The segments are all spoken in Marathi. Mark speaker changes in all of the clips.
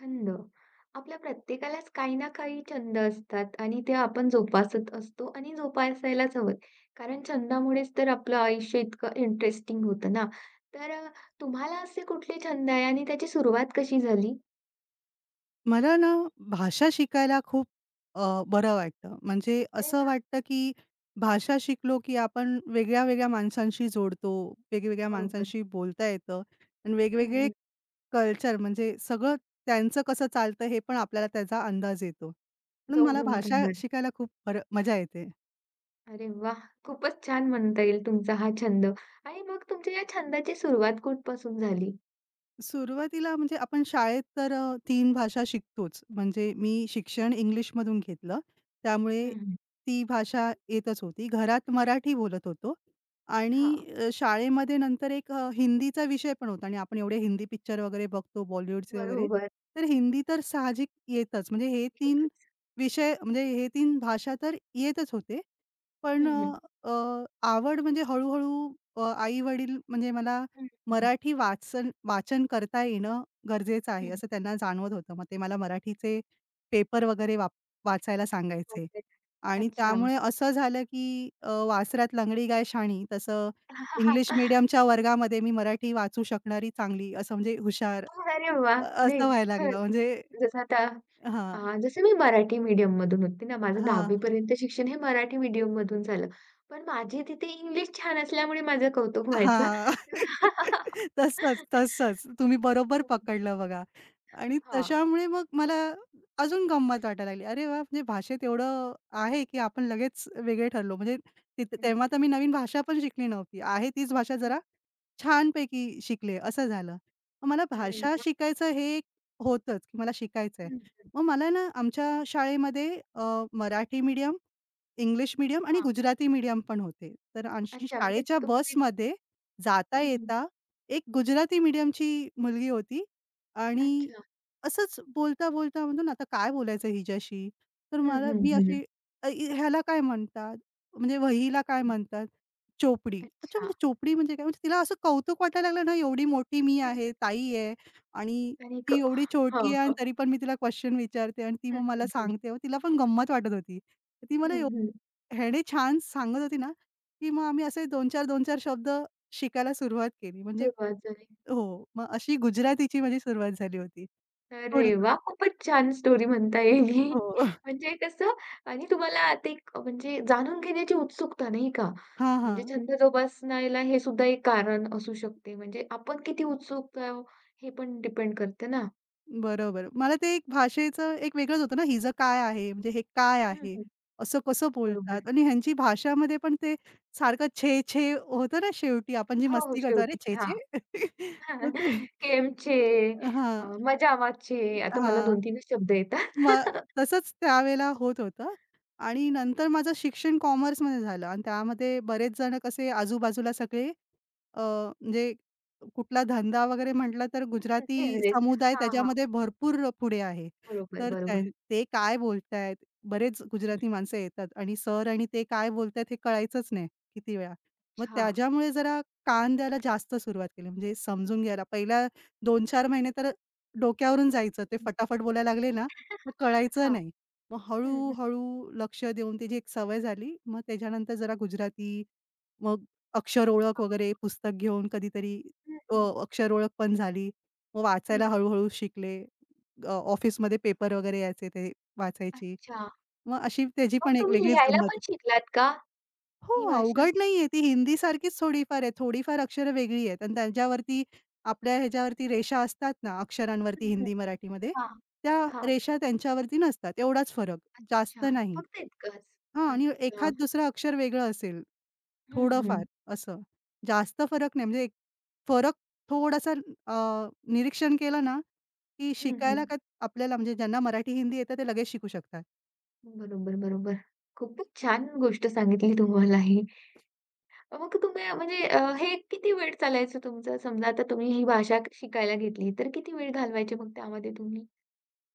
Speaker 1: छंद. आपल्या प्रत्येकालाच काही ना काही छंद असतात आणि ते आपण जोपासत असतो आणि जोपासायलाच हवं. कारण छंदामुळेच तर आपलं आयुष्य इतकं इंटरेस्टिंग होतं ना. तर तुम्हाला असे कुठले छंद आहे आणि त्याची सुरुवात कशी झाली?
Speaker 2: मला ना भाषा शिकायला खूप बरं वाटतं. म्हणजे
Speaker 1: अरे
Speaker 2: असं
Speaker 1: वा,
Speaker 2: वाटतं, की भाषा शिकलो, की आपण वेगळ्या-वेगळ्या माणसांशी जोडतो. वेगवेगळ्या
Speaker 1: बरोबर.
Speaker 2: माणसांशी बोलता येतं आणि
Speaker 1: हं,
Speaker 2: वेगवेगळे
Speaker 1: हं.
Speaker 2: कल्चर म्हणजे सगळं त्यांचं कसं चालतं हे पण आपल्याला त्याचा अंदाज येतो. म्हणून मला
Speaker 1: जवळून
Speaker 2: भाषा
Speaker 1: अंदाज.
Speaker 2: शिकायला खूप बरं मजा येते.
Speaker 1: अरे वाह! खूपच छान म्हणता येईल तुमचा हा छंद आणि मग तुमच्या या छंदाची सुरुवात कुठपासून झाली?
Speaker 2: सुरुवातीला म्हणजे आपण शाळेत तर 3 भाषा शिकतोच. म्हणजे मी शिक्षण इंग्लिशमधून घेतलं. त्यामुळे
Speaker 1: हं, हं.
Speaker 2: ती भाषा येतच होती. घरात मराठी बोलत होतो आणि
Speaker 1: हां.
Speaker 2: शाळेमध्ये नंतर एक हिंदीचा विषय पण होता आणि आपण एवढे हिंदी पिक्चर वगैरे बघतो बॉलिवूडचे वगैरे.
Speaker 1: बरोबर.
Speaker 2: तर हिंदी तर साहजिक येतच. म्हणजे हे 3
Speaker 1: येतच.
Speaker 2: विषय म्हणजे हे 3 भाषा तर येतच होते. पण
Speaker 1: हं, हं.
Speaker 2: अ, अ, आवड म्हणजे हळू आई-वडील म्हणजे मला
Speaker 1: हं, हं.
Speaker 2: मराठी वाचन वाचन करता येणं गरजेचं आहे,
Speaker 1: हं.
Speaker 2: असं त्यांना जाणवत होतं. मग ते मला मराठीचे पेपर वगैरे वाचायला सांगायचे. आणि
Speaker 1: अच्छा.
Speaker 2: त्यामुळे असं झालं, की "वासरात लंगडी गाय शाणी, तसं इंग्लिश मीडियमच्या वर्गामध्ये मी मराठी वाचू शकणारी चांगली, असं म्हणजे हुशार,
Speaker 1: अरे वाह! नाही
Speaker 2: असं व्हायला
Speaker 1: खरंच.
Speaker 2: लागलं. म्हणजे
Speaker 1: जसं आता अ,
Speaker 2: हां,
Speaker 1: जसं मी मराठी मीडियममधून होते ना, माझं
Speaker 2: हां.
Speaker 1: 10वी पर्यंत शिक्षण हे मराठी मीडियममधून झालं. पण माझी तिथे इंग्लिश छान असल्यामुळे माझं कौतुक व्हायचं.
Speaker 2: हां. तसंच, तसंच. तुम्ही बरोबर
Speaker 1: हं,
Speaker 2: पकडलं बघा. आणि
Speaker 1: हां.
Speaker 2: तशामुळे मग मला अजून गंमत वाटायला लागली. अरे वाह! म्हणजे भाषेत एवढं आहे, की आपण लगेच वेगळे ठरलो. म्हणजे तिथे
Speaker 1: हं.
Speaker 2: तेव्हा तर मी नवीन भाषा पण शिकली नव्हती. आहे तीच भाषा जरा छानपैकी शिकले, असं झालं. मग मला
Speaker 1: अरे
Speaker 2: भाषा
Speaker 1: वाह!
Speaker 2: शिकायचं हे एक होतंच, की मला शिकायचंय.
Speaker 1: हं.
Speaker 2: मग मला ना आमच्या शाळेमध्ये अ, मराठी मीडियम, इंग्लिश मीडियम आणि
Speaker 1: हां.
Speaker 2: गुजराती मीडियम पण होते. तर अशी
Speaker 1: अच्छा म्हणजे
Speaker 2: शाळेच्या
Speaker 1: तुमची
Speaker 2: बसमध्ये जाता
Speaker 1: हं, हं.
Speaker 2: येता एक गुजराती मीडियमची मुलगी होती आणि
Speaker 1: अच्छा.
Speaker 2: असंच बोलता-बोलता म्हणतो ना, आता काय बोलायचं हिच्याशी? तर
Speaker 1: हं,
Speaker 2: मला
Speaker 1: हं,
Speaker 2: मी
Speaker 1: हं,
Speaker 2: अशी अ, इ ह्याला काय म्हणतात? म्हणजे वहीला काय
Speaker 1: हं.
Speaker 2: म्हणतात? चोपडी. अच्छा,
Speaker 1: अच्छा.
Speaker 2: म्हणजे चोपडी म्हणजे काय? म्हणजे तिला असं कौतुक वाटायला लागलं ना, एवढी मोठी मी
Speaker 1: हं.
Speaker 2: आहे, ताई आहे आणि
Speaker 1: आणि क
Speaker 2: ती एवढी
Speaker 1: हां,
Speaker 2: छोटी आहे आणि
Speaker 1: हां.
Speaker 2: तरी पण मी तिला क्वेशन विचारते आणि ती
Speaker 1: हं,
Speaker 2: मग मला
Speaker 1: हं, हं.
Speaker 2: सांगते. मग तिला पण गंमत वाटत होती. ती मला
Speaker 1: हं, हं.
Speaker 2: एवढं ह्याने छान सांगत होती ना, की मग आम्ही असे 2-4, 2-4 शब्द शिकायला सुरुवात केली. म्हणजे
Speaker 1: सुरुवात झाली.
Speaker 2: हो, मग अशी गुजरातीची माझी सुरुवात झाली होती.
Speaker 1: अरे
Speaker 2: थोडी
Speaker 1: वाह! खूपच छान स्टोरी म्हणता येईल ही.
Speaker 2: हो.
Speaker 1: म्हणजे कसं आणि तुम्हाला आता एक म्हणजे जाणून घेण्याची उत्सुकता, नाही का?
Speaker 2: हां,
Speaker 1: म्हणजे
Speaker 2: हां.
Speaker 1: छंद जोपासण्याला हे सुद्धा एक कारण असू शकते. म्हणजे आपण किती उत्सुक आहोत हे पण डिपेंड करते ना.
Speaker 2: बरोबर. मला ते एक भाषेचं एक वेगळंच होतं ना, हिचं काय आहे? म्हणजे हे काय
Speaker 1: हं,
Speaker 2: आहे?
Speaker 1: हं.
Speaker 2: असं कसं
Speaker 1: बरोबर.
Speaker 2: बोलतात? आणि ह्यांची भाषामध्ये पण ते सारखं छे, छे होतं ना शेवटी आपण जी
Speaker 1: हो, हो.
Speaker 2: मस्ती करतो, "अरे
Speaker 1: शेवटी.
Speaker 2: छे, छे."
Speaker 1: हां.
Speaker 2: मग ते
Speaker 1: केमचे, अ,
Speaker 2: हां.
Speaker 1: मजामाचे आता मला
Speaker 2: हां.
Speaker 1: 2-3च शब्द येतात.
Speaker 2: मग तसंच त्यावेळेला होत होतं आणि
Speaker 1: हं, हं.
Speaker 2: नंतर माझं शिक्षण कॉमर्समध्ये झालं आणि त्यामध्ये बरेच जण कसे आजूबाजूला सगळे म्हणजे कुठला धंदा वगैरे म्हटलं तर
Speaker 1: हं.
Speaker 2: गुजराती
Speaker 1: बिझनेस.
Speaker 2: समुदाय
Speaker 1: हां, हां.
Speaker 2: त्याच्यामध्ये भरपूर पुढे आहे.
Speaker 1: बरोबर,
Speaker 2: तर त्यां
Speaker 1: बरोबर.
Speaker 2: ते काय बोलतायत? बरेच
Speaker 1: हं.
Speaker 2: गुजराती माणसं येतात आणि सर आणि ते काय बोलतायत हे कळायचंच नाही किती वेळा. मग
Speaker 1: अच्छा.
Speaker 2: त्याच्यामुळे जरा कान द्यायला जास्त सुरुवात केली म्हणजे समजून घ्यायला. पहिल्या 2-4 महिने तर डोक्यावरून जायचं. ते
Speaker 1: हं.
Speaker 2: फटाफट बोलायला लागले ना तर कळायचं
Speaker 1: हां.
Speaker 2: नाही. मग
Speaker 1: हं, हं.
Speaker 2: हळू-हळू लक्ष देऊन त्याची एक सवय झाली. मग त्याच्यानंतर जरा गुजराती, मग अक्षर ओळख
Speaker 1: हां.
Speaker 2: वगैरे पुस्तक घेऊन कधीतरी
Speaker 1: हं,
Speaker 2: अ,
Speaker 1: हं.
Speaker 2: अक्षर ओळख पण झाली. मग
Speaker 1: हं.
Speaker 2: वाचायला हळू शिकले. ऑफिसमध्ये पेपर वगैरे यायचे ते वाचायची.
Speaker 1: अच्छा.
Speaker 2: मग अशी त्याची
Speaker 1: मग
Speaker 2: पण एक
Speaker 1: तुम्ही
Speaker 2: वेगळीच
Speaker 1: लिहायला
Speaker 2: गंमत.
Speaker 1: पण शिकलात का
Speaker 2: हो,
Speaker 1: ही भाषा?
Speaker 2: अवघड नाहीये. ती हिंदीसारखीच थोडीफार आहे. थोडीफार अक्षरं वेगळी आहेत आणि त्यांच्यावरती आपल्या ह्याच्यावरती रेषा असतात ना,
Speaker 1: हं,
Speaker 2: अक्षरांवरती
Speaker 1: हं.
Speaker 2: हिंदी, मराठीमध्ये,
Speaker 1: हां.
Speaker 2: त्या
Speaker 1: हां.
Speaker 2: रेषा त्यांच्यावरती नसतात. एवढाच फरक,
Speaker 1: अच्छा.
Speaker 2: जास्त नाही.
Speaker 1: फक्त इतकंच.
Speaker 2: हां, आणि
Speaker 1: अच्छा.
Speaker 2: एखाद दुसरं अक्षर वेगळं असेल,
Speaker 1: हं,
Speaker 2: थोडंफार
Speaker 1: हं.
Speaker 2: असं. जास्त फरक नाही. म्हणजे एक फरक थोडासा अ, निरीक्षण केलं ना, की
Speaker 1: हं, हं.
Speaker 2: शिकायला का आपल्याला म्हणजे ज्यांना मराठी, हिंदी येतं ते लगेच शिकू शकतात.
Speaker 1: बरोबर, बरोबर. खूपच छान गोष्ट सांगितली तुम्हाला ही. मग तुम्ही म्हणजे हे किती वेळ चालायचं तुमचं? समजा आता तुम्ही ही भाषा शिकायला घेतली, तर किती वेळ घालवायचे मग त्यामध्ये तुम्ही?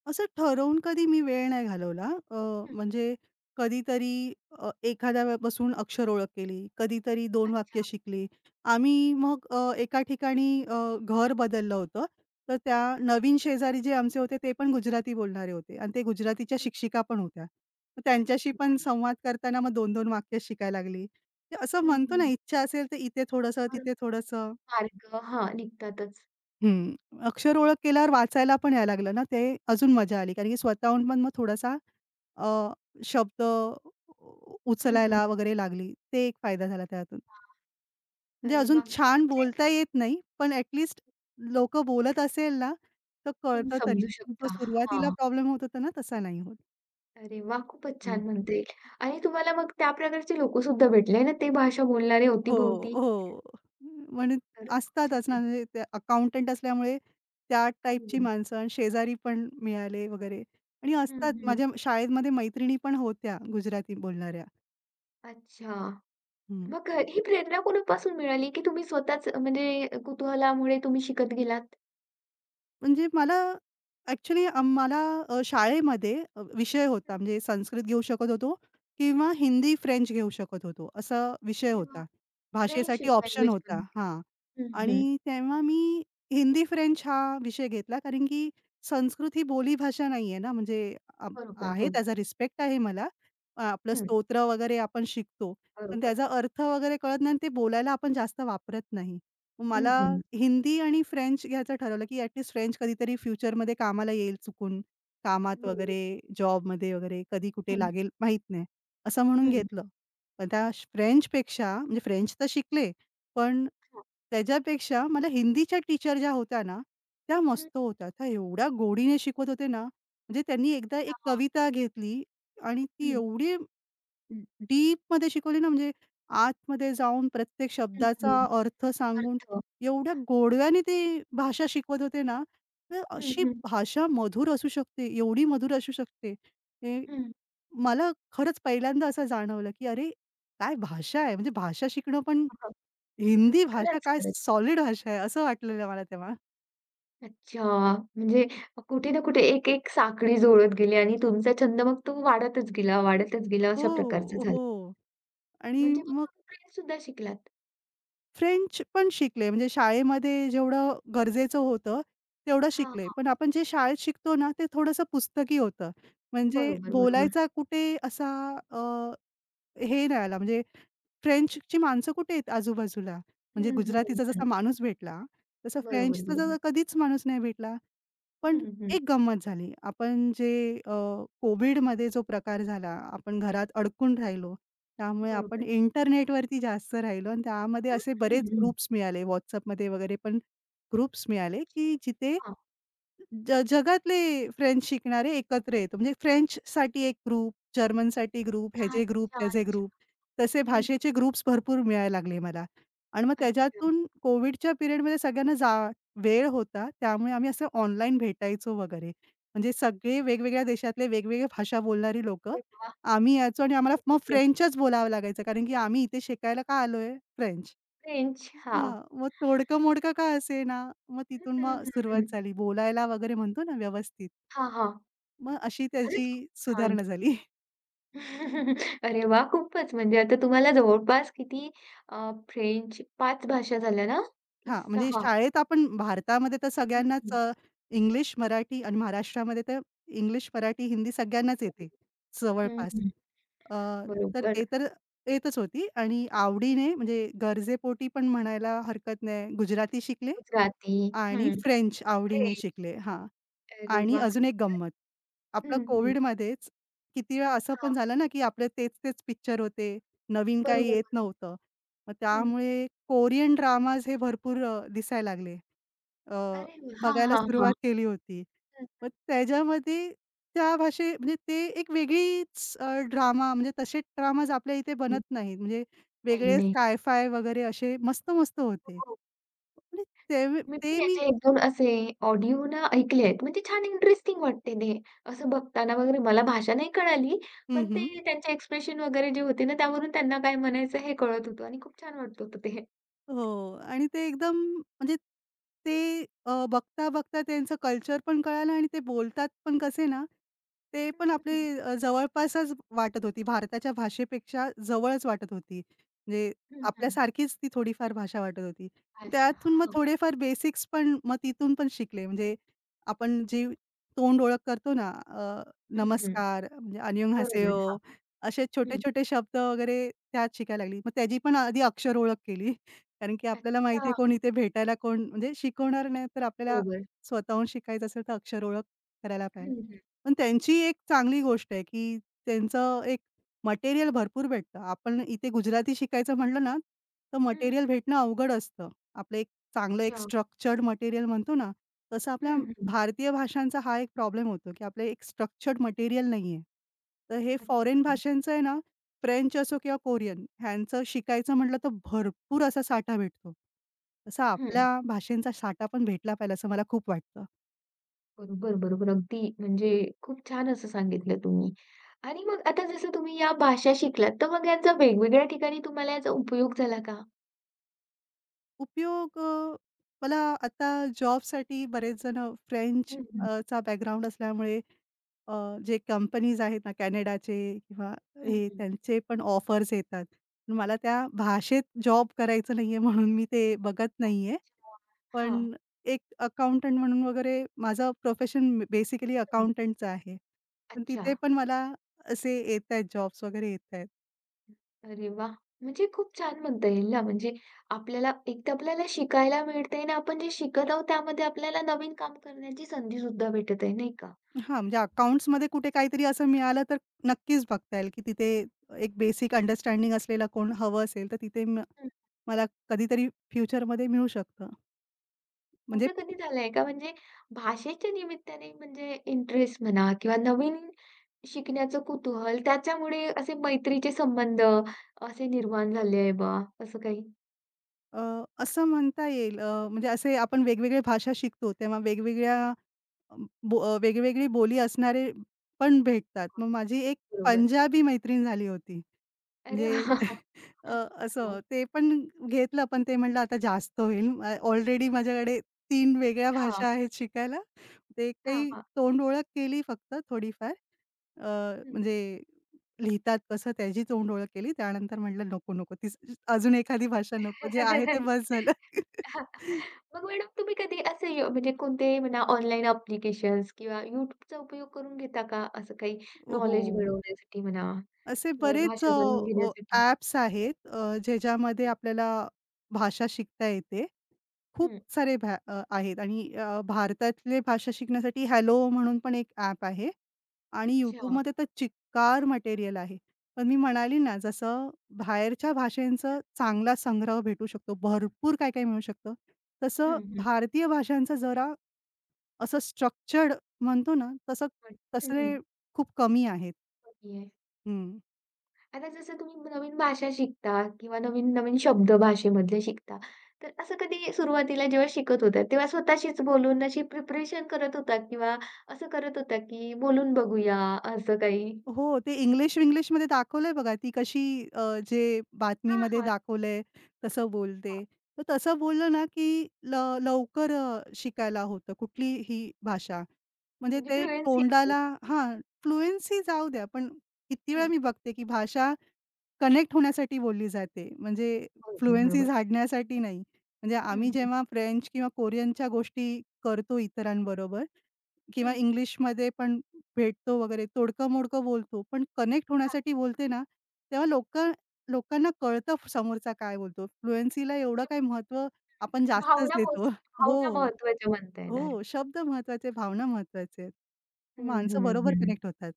Speaker 2: असं ठरवून कधी मी वेळ नाही घालवला.
Speaker 1: हं.
Speaker 2: म्हणजे कधीतरी एखाद्या बसून अक्षर ओळख केली, कधीतरी 2 वाक्य
Speaker 1: अच्छा.
Speaker 2: शिकली. आम्ही मग एका ठिकाणी घर बदललं होतं. तर त्या नवीन शेजारी जे आमचे होते ते पण गुजराती बोलणारे होते आणि ते गुजरातीच्या
Speaker 1: हं.
Speaker 2: शिक्षिका पण होत्या. मग त्यांच्याशी
Speaker 1: अच्छा.
Speaker 2: पण संवाद करताना मग 2-2 वाक्य शिकायला लागली. ते असं
Speaker 1: हं,
Speaker 2: म्हणतो ना,
Speaker 1: हं.
Speaker 2: इच्छा असेल तर इथे थोडंसं,
Speaker 1: बरं
Speaker 2: तिथे थोडंसं.
Speaker 1: मार्ग हां, निघतातच.
Speaker 2: हं. अक्षर ओळख केल्यावर वाचायला पण यायला लागलं ना, ते अजून मजा आली. कारण की स्वतःहून पण मग थोडासा अ, शब्द उ
Speaker 1: हं, हं.
Speaker 2: उचलायला वगैरे लागली. ते एक फायदा झाला त्यातून. म्हणजे
Speaker 1: अरे
Speaker 2: अजून
Speaker 1: वाह!
Speaker 2: छान
Speaker 1: म्हणजे
Speaker 2: बोलता येत नाही, पण ॲटलीस्ट लोकं बोलत असेल ना, तर
Speaker 1: तुम्ही
Speaker 2: कळतं तरी.
Speaker 1: समजू
Speaker 2: जो
Speaker 1: शकता.
Speaker 2: सुरुवातीला
Speaker 1: हां.
Speaker 2: प्रॉब्लेम होत होता ना, तसा नाही होत.
Speaker 1: अरे वाह! खूपच छान म्हणता येईल. आणि तुम्हाला मग त्या प्रकारचे लोक सुद्धा भेटले ना, ते भाषा बोलणारे
Speaker 2: हो,
Speaker 1: अवतीभवती.
Speaker 2: हो. म्हणजे
Speaker 1: खरंच खूप छान
Speaker 2: असतातच ना,
Speaker 1: आहे.
Speaker 2: म्हणजे ते अकाउंटंट असल्यामुळे त्या
Speaker 1: हो.
Speaker 2: टाईपची माणसं आणि शेजारी पण मिळाले वगैरे आणि
Speaker 1: हं,
Speaker 2: असतात
Speaker 1: हं.
Speaker 2: माझ्या शाळेमध्ये मैत्रिणी पण होत्या गुजराती बोलणाऱ्या.
Speaker 1: अच्छा.
Speaker 2: हं.
Speaker 1: मग ही प्रेरणा कोणापासून मिळाली, की तुम्ही स्वतःच म्हणजे कुतूहलामुळे तुम्ही शिकत गेलात?
Speaker 2: म्हणजे मला ॲक्चुअली मला शाळेमध्ये विषय
Speaker 1: हं,
Speaker 2: होता म्हणजे संस्कृत घेऊ शकत होतो किंवा
Speaker 1: हं.
Speaker 2: हिंदी, फ्रेंच घेऊ शकत होतो असा विषय
Speaker 1: अरे वाह!
Speaker 2: होता. भाषेसाठी
Speaker 1: फ्रेंडशिप
Speaker 2: ऑप्शन
Speaker 1: लँग्वेज
Speaker 2: होता.
Speaker 1: म्हणते.
Speaker 2: हां.
Speaker 1: हं, हं.
Speaker 2: आणि तेव्हा मी हिंदी, फ्रेंच हा विषय घेतला कारण की संस्कृत ही बोलीभाषा नाहीये ना, म्हणजे अ,
Speaker 1: बरोबर.
Speaker 2: आहे
Speaker 1: हो.
Speaker 2: त्याचा रिस्पेक्ट आहे मला. आपलं
Speaker 1: हं.
Speaker 2: स्तोत्र वगैरे आपण शिकतो. पण
Speaker 1: बरोबर.
Speaker 2: त्याचा अर्थ वगैरे कळत नाही आणि ते बोलायला आपण जास्त वापरत नाही.
Speaker 1: हं,
Speaker 2: मला
Speaker 1: हं.
Speaker 2: हिंदी आणि फ्रेंच घ्यायचं ठरवलं, की ॲट लीस्ट फ्रेंच कधीतरी फ्युचरमध्ये कामाला येईल चुकून. कामात
Speaker 1: बरोबर.
Speaker 2: वगैरे, जॉबमध्ये वगैरे कधी कुठे
Speaker 1: हं,
Speaker 2: लागेल माहीत नाही, असं म्हणून
Speaker 1: हं.
Speaker 2: घेतलं. पण फ्रेंचपेक्षा म्हणजे फ्रेंच तर शिकले, पण
Speaker 1: हां.
Speaker 2: त्याच्यापेक्षा मला हिंदीच्या टीचर ज्या होत्या ना, त्या
Speaker 1: हं.
Speaker 2: मस्त होत्या. त्या एवढ्या गोडीने शिकवत होते ना, म्हणजे त्यांनी एकदा एक
Speaker 1: हां.
Speaker 2: कविता घेतली आणि ती
Speaker 1: हं.
Speaker 2: एवढी डीपमध्ये शिकवली ना, म्हणजे आतमध्ये जाऊन प्रत्येक
Speaker 1: हं,
Speaker 2: शब्दाचा
Speaker 1: हं.
Speaker 2: अर्थ सांगून
Speaker 1: अर्थ.
Speaker 2: एवढ्या गोडव्याने ते भाषा शिकवत होते ना, तर
Speaker 1: हं,
Speaker 2: अशी
Speaker 1: हं.
Speaker 2: भाषा मधुर असू शकते, एवढी मधुर असू शकते. हे
Speaker 1: हं.
Speaker 2: मला खरंच पहिल्यांदा असं जाणवलं, की अरे, काय भाषा आहे, म्हणजे भाषा शिकणं पण
Speaker 1: हां.
Speaker 2: हिंदी भाषा
Speaker 1: खरंच,
Speaker 2: काय
Speaker 1: खरंच.
Speaker 2: सॉलिड भाषा आहे, असं वाटलेलं मला तेव्हा.
Speaker 1: अच्छा. म्हणजे कुठे ना कुठे एक एक साखळी जुळत गेली आणि तुमचा छंद मग तो वाढतच गेला, वाढतच गेला
Speaker 2: हो,
Speaker 1: अशा प्रकारचं झालं.
Speaker 2: हो. आणि
Speaker 1: म्हणजे मग
Speaker 2: मग
Speaker 1: तुम्ही ट्रेक सुद्धा शिकलात.
Speaker 2: फ्रेंच पण शिकले, म्हणजे शाळेमध्ये जेवढं गरजेचं होतं, तेवढं
Speaker 1: हां,
Speaker 2: शिकले.
Speaker 1: हां.
Speaker 2: पण आपण जे शाळेत शिकतो ना, ते थोडंसं पुस्तकी होतं. म्हणजे
Speaker 1: बरोबर, बरोबर.
Speaker 2: बोलायचा कुठे असा अ, हे नाही आला, म्हणजे फ्रेंचची माणसं कुठे आहेत आजूबाजूला? म्हणजे
Speaker 1: हं, हं,
Speaker 2: गुजरातीचा
Speaker 1: हं.
Speaker 2: जसा माणूस भेटला, तसा
Speaker 1: बरोबर,
Speaker 2: फ्रेंचचा जसा
Speaker 1: बरोबर.
Speaker 2: कधीच माणूस नाही भेटला. पण
Speaker 1: हं, हं.
Speaker 2: एक गंमत झाली. आपण जे अ, कोव्हिडमध्ये जो प्रकार झाला, आपण घरात अडकून राहिलो. त्यामुळे आपण
Speaker 1: बरोबर.
Speaker 2: इंटरनेटवरती जास्त राहिलो आणि त्यामध्ये
Speaker 1: हं,
Speaker 2: असे
Speaker 1: हं,
Speaker 2: बरेच
Speaker 1: हं.
Speaker 2: ग्रुप्स मिळाले WhatsAppमध्ये वगैरे पण ग्रुप्स मिळाले,
Speaker 1: अच्छा.
Speaker 2: की जिथे
Speaker 1: हां.
Speaker 2: जगातले फ्रेंच शिकणारे एकत्र येतो. म्हणजे फ्रेंचसाठी एक ग्रुप, जर्मनसाठी ग्रुप, ह्याचे ग्रुप,
Speaker 1: अच्छा,
Speaker 2: त्याचे
Speaker 1: अच्छा.
Speaker 2: ग्रुप, तसे
Speaker 1: हं.
Speaker 2: भाषेचे ग्रुप्स भरपूर मिळायला लागले मला. आणि मग
Speaker 1: अच्छा.
Speaker 2: त्याच्यातून कोविडच्या पिरियडमध्ये सगळ्यांना वेळ होता, त्यामुळे आम्ही असं ऑनलाईन भेटायचो वगैरे. म्हणजे सगळे वेगवेगळ्या देशातले वेगवेगळ्या भाषा बोलणारी लोकं
Speaker 1: अरे वाह!
Speaker 2: आम्ही यायचो आणि आम्हाला मग
Speaker 1: एकत्र
Speaker 2: फ्रेंचच बोलावं लागायचं कारण की आम्ही इथे शिकायला का आलोय? फ्रेंच.
Speaker 1: फ्रेंच.
Speaker 2: हां,
Speaker 1: हां.
Speaker 2: मग तोडकं-मोडकं का असेना, मग
Speaker 1: हं,
Speaker 2: तिथून
Speaker 1: हं,
Speaker 2: मग
Speaker 1: हं, हं.
Speaker 2: सुरुवात झाली. बोलायला वगैरे म्हणतो ना व्यवस्थित,
Speaker 1: हां, हां.
Speaker 2: मग अशी त्याची
Speaker 1: खरंच खूप छान.
Speaker 2: सुधारणा झाली.
Speaker 1: अरे वाह! खूपच म्हणजे आता तुम्हाला जवळपास किती फ्रेंच 5 भाषा झाल्या ना? की
Speaker 2: हां, म्हणजे
Speaker 1: सहा?
Speaker 2: शाळेत आपण भारतामध्ये तर
Speaker 1: हं,
Speaker 2: सगळ्यांनाच
Speaker 1: हं.
Speaker 2: इंग्लिश, मराठी आणि महाराष्ट्रामध्ये तर इंग्लिश, मराठी, हिंदी सगळ्यांनाच येते जवळपास. अ, तर ते
Speaker 1: बरोबर.
Speaker 2: तर येतच होती आणि
Speaker 1: हं.
Speaker 2: आवडीने म्हणजे गरजेपोटी पण म्हणायला हरकत नाही, गुजराती शिकले.
Speaker 1: गुजराती.
Speaker 2: आणि
Speaker 1: हं.
Speaker 2: फ्रेंच आवडीने
Speaker 1: फ्रेंच.
Speaker 2: शिकले. हां.
Speaker 1: अरे
Speaker 2: आणि
Speaker 1: वाह!
Speaker 2: अजून एक गंमत. आपलं
Speaker 1: हं, हं.
Speaker 2: कोविडमध्येच किती वेळा असं पण
Speaker 1: हां.
Speaker 2: झालं ना, की आपले तेच-तेच पिक्चर होते. नवीन काही
Speaker 1: बरोबर.
Speaker 2: येत नव्हतं. मग
Speaker 1: हं.
Speaker 2: त्यामुळे कोरियन ड्रामाज हे भरपूर दिसायला लागले. अ,
Speaker 1: अरे वाह! हां,
Speaker 2: बघायला
Speaker 1: हां, हां.
Speaker 2: सुरुवात केली होती.
Speaker 1: हं,
Speaker 2: मग
Speaker 1: हं,
Speaker 2: त्याच्यामध्ये त्या भाषे म्हणजे ते एक वेगळीच ड्रामा म्हणजे तसे ड्रामाज आपल्या इथे बनत
Speaker 1: हं.
Speaker 2: नाहीत. म्हणजे
Speaker 1: नाही,
Speaker 2: वेगळे
Speaker 1: नाही.
Speaker 2: स्काय-फाय वगैरे असे मस्त-मस्त होते.
Speaker 1: हो, हो.
Speaker 2: म्हणजे ते
Speaker 1: मी पण
Speaker 2: ते मी
Speaker 1: याचे 1-2 असे ऑडिओ ना ऐकले आहेत. म्हणजे छान इंटरेस्टिंग वाटते ते. असं बघताना वगैरे मला भाषा नाही कळाली,
Speaker 2: हं,
Speaker 1: पण ते
Speaker 2: हं.
Speaker 1: त्यांचे एक्सप्रेशन वगैरे जे होते ना, त्यावरून त्यांना काय म्हणायचं हे कळत होतं आणि खूप छान वाटत होतं ते.
Speaker 2: हो, आणि ते एकदम म्हणजे ते बघता-बघता त्यांचं कल्चर पण कळालं आणि ते बोलतात पण कसे ना, ते
Speaker 1: हं,
Speaker 2: पण आपले
Speaker 1: हं.
Speaker 2: जवळपासच वाटत होती. भारताच्या भाषेपेक्षा जवळच वाटत होती. म्हणजे
Speaker 1: हं,
Speaker 2: आपल्यासारखीच ती थोडीफार भाषा वाटत होती.
Speaker 1: भाषा.
Speaker 2: त्यातून मग
Speaker 1: हां.
Speaker 2: थोडेफार बेसिक्स पण मग तिथून पण शिकले. म्हणजे आपण जी तोंड ओळख करतो ना,
Speaker 1: हं, हं.
Speaker 2: नमस्कार, म्हणजे
Speaker 1: बरोबर.
Speaker 2: अन्योन्हासेओ
Speaker 1: हां.
Speaker 2: असे
Speaker 1: हं.
Speaker 2: छोटे-छोटे शब्द वगैरे त्यात शिकायला लागली. मग त्याची पण आधी अक्षर ओळख केली. कारण की आपल्याला माहिती आहे
Speaker 1: अच्छा.
Speaker 2: कोण इथे भेटायला कोण म्हणजे शिकवणार नाही, तर आपल्याला
Speaker 1: बरोबर.
Speaker 2: स्वतःहून शिकायचं असेल तर अक्षर ओळख करायला पाहिजे.
Speaker 1: हं, हं.
Speaker 2: पण त्यांची एक चांगली गोष्ट आहे, की त्यांचं एक मटेरियल भरपूर भेटतं. आपण इथे गुजराती शिकायचं म्हटलं ना, तर
Speaker 1: हं,
Speaker 2: मटेरियल
Speaker 1: हं.
Speaker 2: भेटणं अवघड असतं. आपलं एक चांगलं एक
Speaker 1: अच्छा.
Speaker 2: स्ट्रक्चर्ड मटेरियल म्हणतो ना, तसं आपल्या
Speaker 1: हं, हं.
Speaker 2: भारतीय भाषांचा हा एक प्रॉब्लेम होतो, की आपलं एक स्ट्रक्चर्ड मटेरियल नाहीये. तर हे फॉरेन
Speaker 1: अच्छा.
Speaker 2: भाषांचं आहे ना, फ्रेंच असो किंवा कोरियन ह्यांचं शिकायचं म्हटलं तर भरपूर असा साठा भेटतो. तसा
Speaker 1: हं.
Speaker 2: आपल्या भाषेंचा साठा पण भेटला पाहिजे असं मला खूप वाटतं.
Speaker 1: बरोबर, बरोबर. अगदी म्हणजे खूप छान असं सांगितलं तुम्ही. आणि मग आता जसं तुम्ही या भाषा शिकलात, तर मग यांचा वेगवेगळ्या ठिकाणी तुम्हाला याचा उपयोग झाला का?
Speaker 2: उपयोग मला आता जॉबसाठी बरेच जण फ्रेंच
Speaker 1: हं, हं.
Speaker 2: चा बॅकग्राऊंड असल्यामुळे अ, जे कंपनीज आहेत ना कॅनडाचे किंवा
Speaker 1: हं,
Speaker 2: हे
Speaker 1: हं.
Speaker 2: त्यांचे पण ऑफर्स येतात. मला त्या भाषेत जॉब करायचं नाहीये म्हणून मी ते बघत नाहीये.
Speaker 1: हां.
Speaker 2: पण एक अकाउंटंट म्हणून वगैरे माझं प्रोफेशन बेसिकली अकाउंटंटचं आहे. पण
Speaker 1: अच्छा.
Speaker 2: तिथे पण मला असे येतायत जॉब्स वगैरे येतायत.
Speaker 1: अरे वाह! म्हणजे खूप छान म्हणता येईल ना, म्हणजे आपल्याला एक तर आपल्याला शिकायला मिळतंय आणि आपण जे शिकत आहोत त्यामध्ये आपल्याला नवीन काम करण्याची संधीसुद्धा भेटत आहे, नाही का?
Speaker 2: हां, म्हणजे अकाउंट्समध्ये कुठे काहीतरी असं मिळालं तर नक्कीच बघता येईल, की तिथे एक बेसिक अंडरस्टँडिंग असलेलं कोण हवं असेल, तर तिथे
Speaker 1: हं.
Speaker 2: मला कधीतरी फ्युचरमध्ये मिळू शकतं. म्हणजे
Speaker 1: असं कधी झालंय का म्हणजे भाषेच्या निमित्ताने म्हणजे इंटरेस्ट म्हणा किंवा नवीन शिकण्याचं कुतूहल, त्याच्यामुळे असे मैत्रीचे संबंध असे निर्माण झाले आहे बा, असं काही?
Speaker 2: असं म्हणता येईल, म्हणजे असे आपण वेगवेगळ्या भाषा शिकतो तेव्हा वेगवेगळ्या वेगवेगळी बोली असणारे पण भेटतात. मग माझी एक
Speaker 1: बरोबर.
Speaker 2: पंजाबी मैत्रीण झाली होती.
Speaker 1: अरे
Speaker 2: म्हणजे
Speaker 1: वाह!
Speaker 2: अ,
Speaker 1: हो.
Speaker 2: असं ते पण घेतलं, पण ते म्हटलं आता जास्त होईल. ऑलरेडी माझ्याकडे तीन वेगळ्या
Speaker 1: हां,
Speaker 2: भाषा आहेत शिकायला. ते
Speaker 1: हां,
Speaker 2: काही
Speaker 1: हां.
Speaker 2: तोंड ओळख केली फक्त थोडीफार. अ,
Speaker 1: हं.
Speaker 2: म्हणजे लिहितात कसं त्याची तोंड ओळख केली. त्यानंतर म्हटलं नको, नको. ती अजून एखादी भाषा नको. जे आहे ते बस झालं.
Speaker 1: हां. मग मॅडम तुम्ही कधी असे य म्हणजे कोणते म्हणा ऑनलाईन ॲप्लिकेशन्स किंवा YouTubeचा उपयोग करून घेता का? असं काही
Speaker 2: हो.
Speaker 1: नॉलेज मिळवण्यासाठी म्हणा
Speaker 2: असे
Speaker 1: किंवा
Speaker 2: बरेच
Speaker 1: भाषा जाणून घेण्यासाठी?
Speaker 2: ॲप्स आहेत ज्याच्यामध्ये
Speaker 1: हं,
Speaker 2: आपल्याला भाषा शिकता येते. खूप
Speaker 1: हं.
Speaker 2: सारे आहेत आणि भारतातले भाषा शिकण्यासाठी हॅलो म्हणून पण एक ॲप आहे आणि
Speaker 1: अच्छा.
Speaker 2: YouTubeमध्ये तर चिक्कार मटेरियल आहे. पण मी म्हणाली ना, जसं बाहेरच्या भाषांचा
Speaker 1: हं,
Speaker 2: चांगला संग्रह भेटू शकतो, भरपूर काय-काय मिळू शकतं. तसं
Speaker 1: हं, हं.
Speaker 2: भारतीय भाषांचं जरा असं स्ट्रक्चर्ड म्हणतो ना, तसं
Speaker 1: हं, हं.
Speaker 2: तसले खूप कमी आहेत. हं.
Speaker 1: आता जसं तुम्ही नवीन भाषा शिकता किंवा नवीन-नवीन शब्द भाषेमधले शिकता, तर असं कधी सुरुवातीला जेव्हा शिकत होता, तेव्हा स्वतःशीच बोलून अशी प्रिपरेशन करत होता किंवा असं करत होता, की बोलून बघूया असं काही?
Speaker 2: हो, ते इंग्लिश-विंग्लिशमध्ये दाखवलंय बघा, ती कशी अ, जे
Speaker 1: हां,
Speaker 2: बातमीमध्ये
Speaker 1: हां,
Speaker 2: दाखवलंय तसं बोलते.
Speaker 1: हां.
Speaker 2: तर तसं बोललं ना, की ल लवकर शिकायला होतं कुठलीही भाषा. म्हणजे
Speaker 1: म्हणजे
Speaker 2: ते
Speaker 1: फ्लुएन्सी येते.
Speaker 2: तोंडाला हां, फ्लुएन्सी जाऊ द्या, पण किती वेळा
Speaker 1: हं.
Speaker 2: मी बघते, की भाषा कनेक्ट होण्यासाठी बोलली जाते. म्हणजे
Speaker 1: बरोबर,
Speaker 2: फ्लुएन्सी
Speaker 1: बरोबर.
Speaker 2: झाडण्यासाठी नाही. म्हणजे
Speaker 1: हं,
Speaker 2: आम्ही
Speaker 1: हं.
Speaker 2: जेव्हा फ्रेंच किंवा कोरियनच्या गोष्टी करतो इतरांबरोबर, किंवा
Speaker 1: हं.
Speaker 2: इंग्लिशमध्ये पण भेटतो वगैरे, तोडकं-मोडकं बोलतो, पण कनेक्ट
Speaker 1: हां.
Speaker 2: होण्यासाठी बोलते ना, तेव्हा लोकांना कळतं समोरचा काय बोलतो. फ्लुएन्सीला एवढं काही महत्त्व आपण
Speaker 1: म्हणजे
Speaker 2: जास्तच
Speaker 1: भावना
Speaker 2: देतो.
Speaker 1: पोहोच
Speaker 2: हो,
Speaker 1: भावना महत्त्वाच्या म्हणता येणार.
Speaker 2: हो. शब्द महत्त्वाचे, भावना महत्त्वाचे आहेत.
Speaker 1: हं,
Speaker 2: माणसं
Speaker 1: हं,
Speaker 2: बरोबर
Speaker 1: हं.
Speaker 2: कनेक्ट होतात.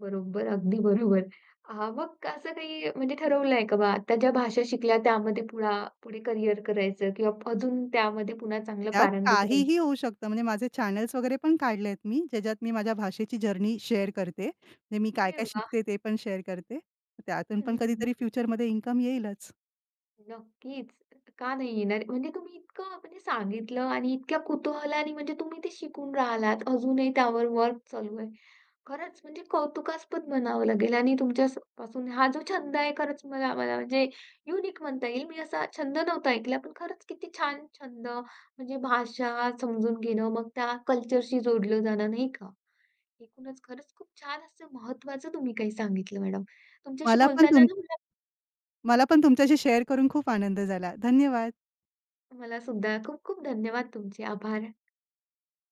Speaker 1: बरोबर, अगदी बरोबर. हां, मग असं काही म्हणजे ठरवलंय का बा आता ज्या भाषा शिकल्या त्यामध्ये पुढा पुढे करियर करायचं किंवा अजून त्यामध्ये पुन्हा चांगलं
Speaker 2: त्यात
Speaker 1: पारंगत
Speaker 2: काहीही
Speaker 1: व्हायचं?
Speaker 2: होऊ शकतं. म्हणजे माझे चॅनल्स वगैरे पण काढले आहेत मी, ज्याच्यात मी माझ्या भाषेची जर्नी शेअर करते. म्हणजे मी
Speaker 1: अरे
Speaker 2: काय-काय
Speaker 1: वाह!
Speaker 2: शिकते ते पण शेअर करते. त्यातून पण
Speaker 1: हं, हं.
Speaker 2: कधीतरी फ्युचरमध्ये इन्कम येईलच.
Speaker 1: नक्कीच. का नाही येणार? म्हणजे तुम्ही इतकं म्हणजे सांगितलं आणि इतक्या कुतूहलाने म्हणजे तुम्ही ते शिकून राहिलात. अजूनही त्यावर वर्क चालू आहे. खरंच म्हणजे कौतुकास्पद म्हणावं लागेल आणि तुमच्या स पासून हा जो छंद आहे खरंच मला मला म्हणजे युनिक म्हणता येईल. मी असा छंद नव्हता ऐकला, पण खरंच किती छान छंद म्हणजे भाषा समजून घेणं, मग त्या कल्चरशी जोडलं जाणं, नाही का? एकूणच खरंच खूप छान असं महत्त्वाचं तुम्ही काही सांगितलं मॅडम. तुमच्याशी
Speaker 2: मला पण
Speaker 1: बोलताना ना मला
Speaker 2: मला पण तुमच्याशी शेअर करून खूप आनंद झाला. धन्यवाद.
Speaker 1: मला सुद्धा खूप खूप धन्यवाद तुमचे. आभार.